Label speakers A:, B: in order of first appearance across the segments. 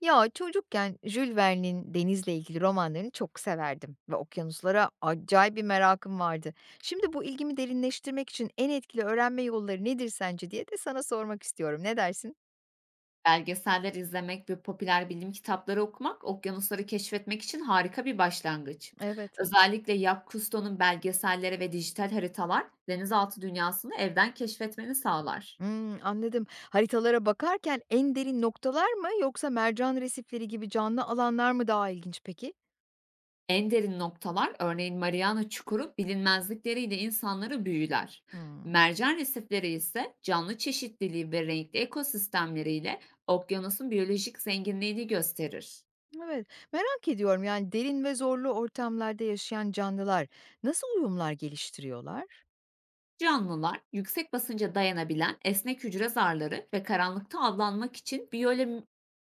A: Ya, çocukken Jules Verne'in denizle ilgili romanlarını çok severdim ve okyanuslara acayip bir merakım vardı. Şimdi bu ilgimi derinleştirmek için en etkili öğrenme yolları nedir sence diye de sana sormak istiyorum. Ne dersin?
B: Belgeseller izlemek ve popüler bilim kitapları okumak, okyanusları keşfetmek için harika bir başlangıç.
A: Evet.
B: Özellikle Jacques Cousteau'nun belgeselleri ve dijital haritalar, denizaltı dünyasını evden keşfetmeni sağlar.
A: Hımm, anladım. Haritalara bakarken en derin noktalar mı yoksa mercan resifleri gibi canlı alanlar mı daha ilginç peki?
B: En derin noktalar, örneğin Mariana Çukuru, bilinmezlikleriyle insanları büyüler.
A: Hımm.
B: Mercan resifleri ise canlı çeşitliliği ve renkli ekosistemleriyle okyanusun biyolojik zenginliğini gösterir.
A: Evet, merak ediyorum, yani, derin ve zorlu ortamlarda yaşayan canlılar nasıl uyumlar geliştiriyorlar?
B: Canlılar yüksek basınca dayanabilen esnek hücre zarları ve karanlıkta avlanmak için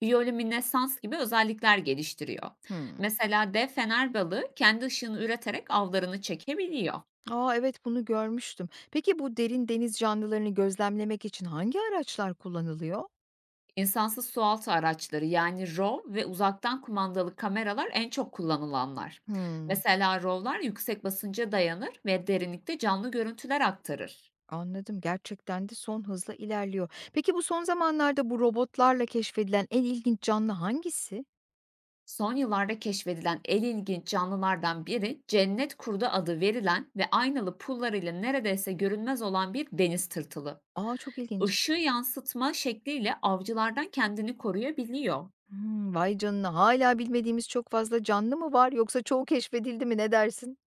B: biyolüminesans gibi özellikler geliştiriyor.
A: Hımm.
B: Mesela dev fener balığı kendi ışığını üreterek avlarını çekebiliyor.
A: A, evet, bunu görmüştüm. Peki bu derin deniz canlılarını gözlemlemek için hangi araçlar kullanılıyor?
B: İnsansız sualtı araçları yani ROV ve uzaktan kumandalı kameralar en çok kullanılanlar.
A: Hımm,
B: Mesela ROV'lar yüksek basınca dayanır ve derinlikte canlı görüntüler aktarır.
A: anladım. Gerçekten de son hızla ilerliyor. Peki bu son zamanlarda bu robotlarla keşfedilen en ilginç canlı hangisi?
B: Son yıllarda keşfedilen en ilginç canlılardan biri cennet kurdu adı verilen ve aynalı pullarıyla neredeyse görünmez olan bir deniz tırtılı.
A: A, çok ilginç.
B: Işığı yansıtma şekliyle avcılardan kendini koruyabiliyor.
A: Hımm, vay canına. Hala bilmediğimiz çok fazla canlı mı var yoksa çoğu keşfedildi mi, ne dersin?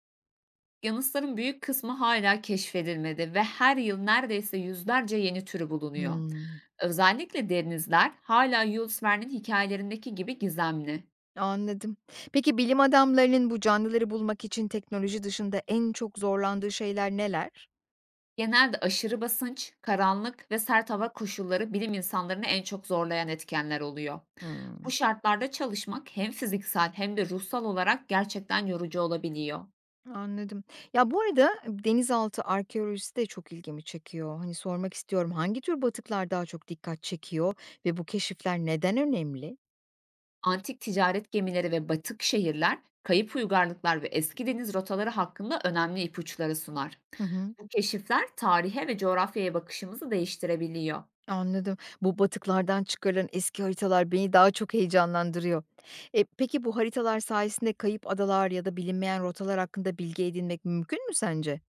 B: Yanısların büyük kısmı hala keşfedilmedi ve her yıl neredeyse yüzlerce yeni türü bulunuyor.
A: Hımm,
B: Özellikle denizler hala Jules Verne'in hikayelerindeki gibi gizemli.
A: anladım. Peki bilim adamlarının bu canlıları bulmak için teknoloji dışında en çok zorlandığı şeyler neler?
B: Genelde aşırı basınç, karanlık ve sert hava koşulları bilim insanlarını en çok zorlayan etkenler oluyor. Bu
A: Hımm.
B: şartlarda çalışmak hem fiziksel hem de ruhsal olarak gerçekten yorucu olabiliyor.
A: Anladım. Ya, bu arada denizaltı arkeolojisi de çok ilgimi çekiyor. Hani, sormak istiyorum, hangi tür batıklar daha çok dikkat çekiyor ve bu keşifler neden önemli?
B: Antik ticaret gemileri ve batık şehirler, kayıp uygarlıklar ve eski deniz rotaları hakkında önemli ipuçları sunar.
A: Hı hı.
B: Bu keşifler tarihe ve coğrafyaya bakışımızı değiştirebiliyor.
A: Anladım. Bu batıklardan çıkarılan eski haritalar beni daha çok heyecanlandırıyor. E, peki bu haritalar sayesinde kayıp adalar ya da bilinmeyen rotalar hakkında bilgi edinmek mümkün mü sence?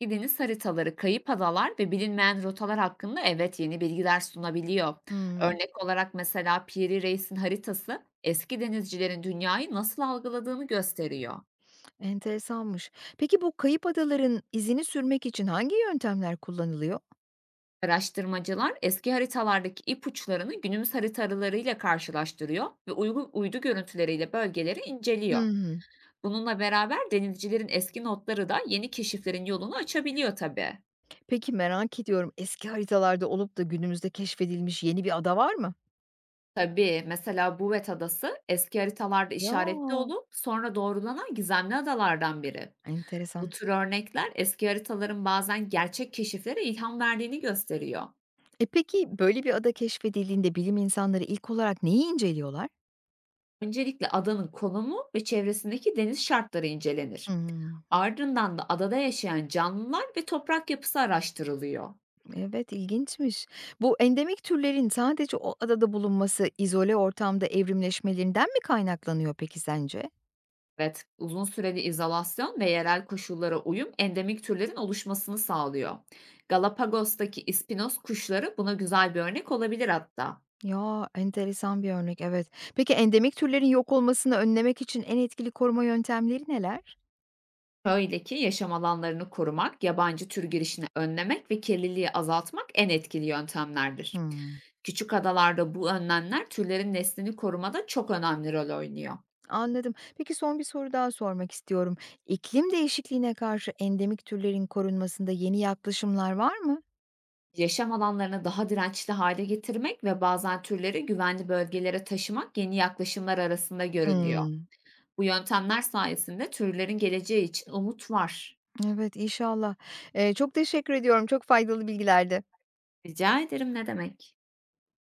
B: Gideniz haritaları, kayıp adalar ve bilinmeyen rotalar hakkında evet yeni bilgiler sunabiliyor.
A: Hımm,
B: Örnek olarak mesela Piri Reis'in haritası eski denizcilerin dünyayı nasıl algıladığını gösteriyor.
A: enteresanmış. Peki bu kayıp adaların izini sürmek için hangi yöntemler kullanılıyor?
B: Araştırmacılar eski haritalardaki ipuçlarını günümüz haritalarıyla karşılaştırıyor ve uydu görüntüleriyle bölgeleri
A: Hı
B: inceliyor.
A: hı.
B: Bununla beraber denizcilerin eski notları da yeni keşiflerin yolunu açabiliyor tabii.
A: Peki, merak ediyorum, eski haritalarda olup da günümüzde keşfedilmiş yeni bir ada var mı?
B: Tabii, mesela Bouvet Adası eski haritalarda işaretli
A: Ya!
B: olup sonra doğrulanan gizemli adalardan biri. Bu
A: Enteresan.
B: tür örnekler eski haritaların bazen gerçek keşiflere ilham verdiğini gösteriyor.
A: E, peki, böyle bir ada keşfedildiğinde bilim insanları ilk olarak neyi inceliyorlar?
B: Öncelikle adanın konumu ve çevresindeki deniz şartları incelenir.
A: Hımm.
B: Ardından da adada yaşayan canlılar ve toprak yapısı araştırılıyor.
A: Evet, ilginçmiş. Bu endemik türlerin sadece o adada bulunması, izole ortamda evrimleşmelerinden mi kaynaklanıyor peki sence?
B: Evet, uzun süreli izolasyon ve yerel koşullara uyum endemik türlerin oluşmasını sağlıyor. Galapagos'taki ispinos kuşları buna güzel bir örnek olabilir hatta.
A: Ya, enteresan bir örnek, evet. Peki endemik türlerin yok olmasını önlemek için en etkili koruma yöntemleri neler?
B: Şöyle ki yaşam alanlarını korumak, yabancı tür girişini önlemek ve kirliliği azaltmak en etkili yöntemlerdir.
A: Hımm.
B: Küçük adalarda bu önlemler türlerin neslini korumada çok önemli rol oynuyor.
A: Anladım. Peki son bir soru daha sormak istiyorum. İklim değişikliğine karşı endemik türlerin korunmasında yeni yaklaşımlar var mı?
B: Yaşam alanlarını daha dirençli hale getirmek ve bazen türleri güvenli bölgelere taşımak yeni yaklaşımlar arasında görülüyor.
A: Hmm.
B: Bu yöntemler sayesinde türlerin geleceği için umut var.
A: Evet, inşallah. Çok teşekkür ediyorum. Çok faydalı bilgilerdi.
B: Rica ederim ne demek?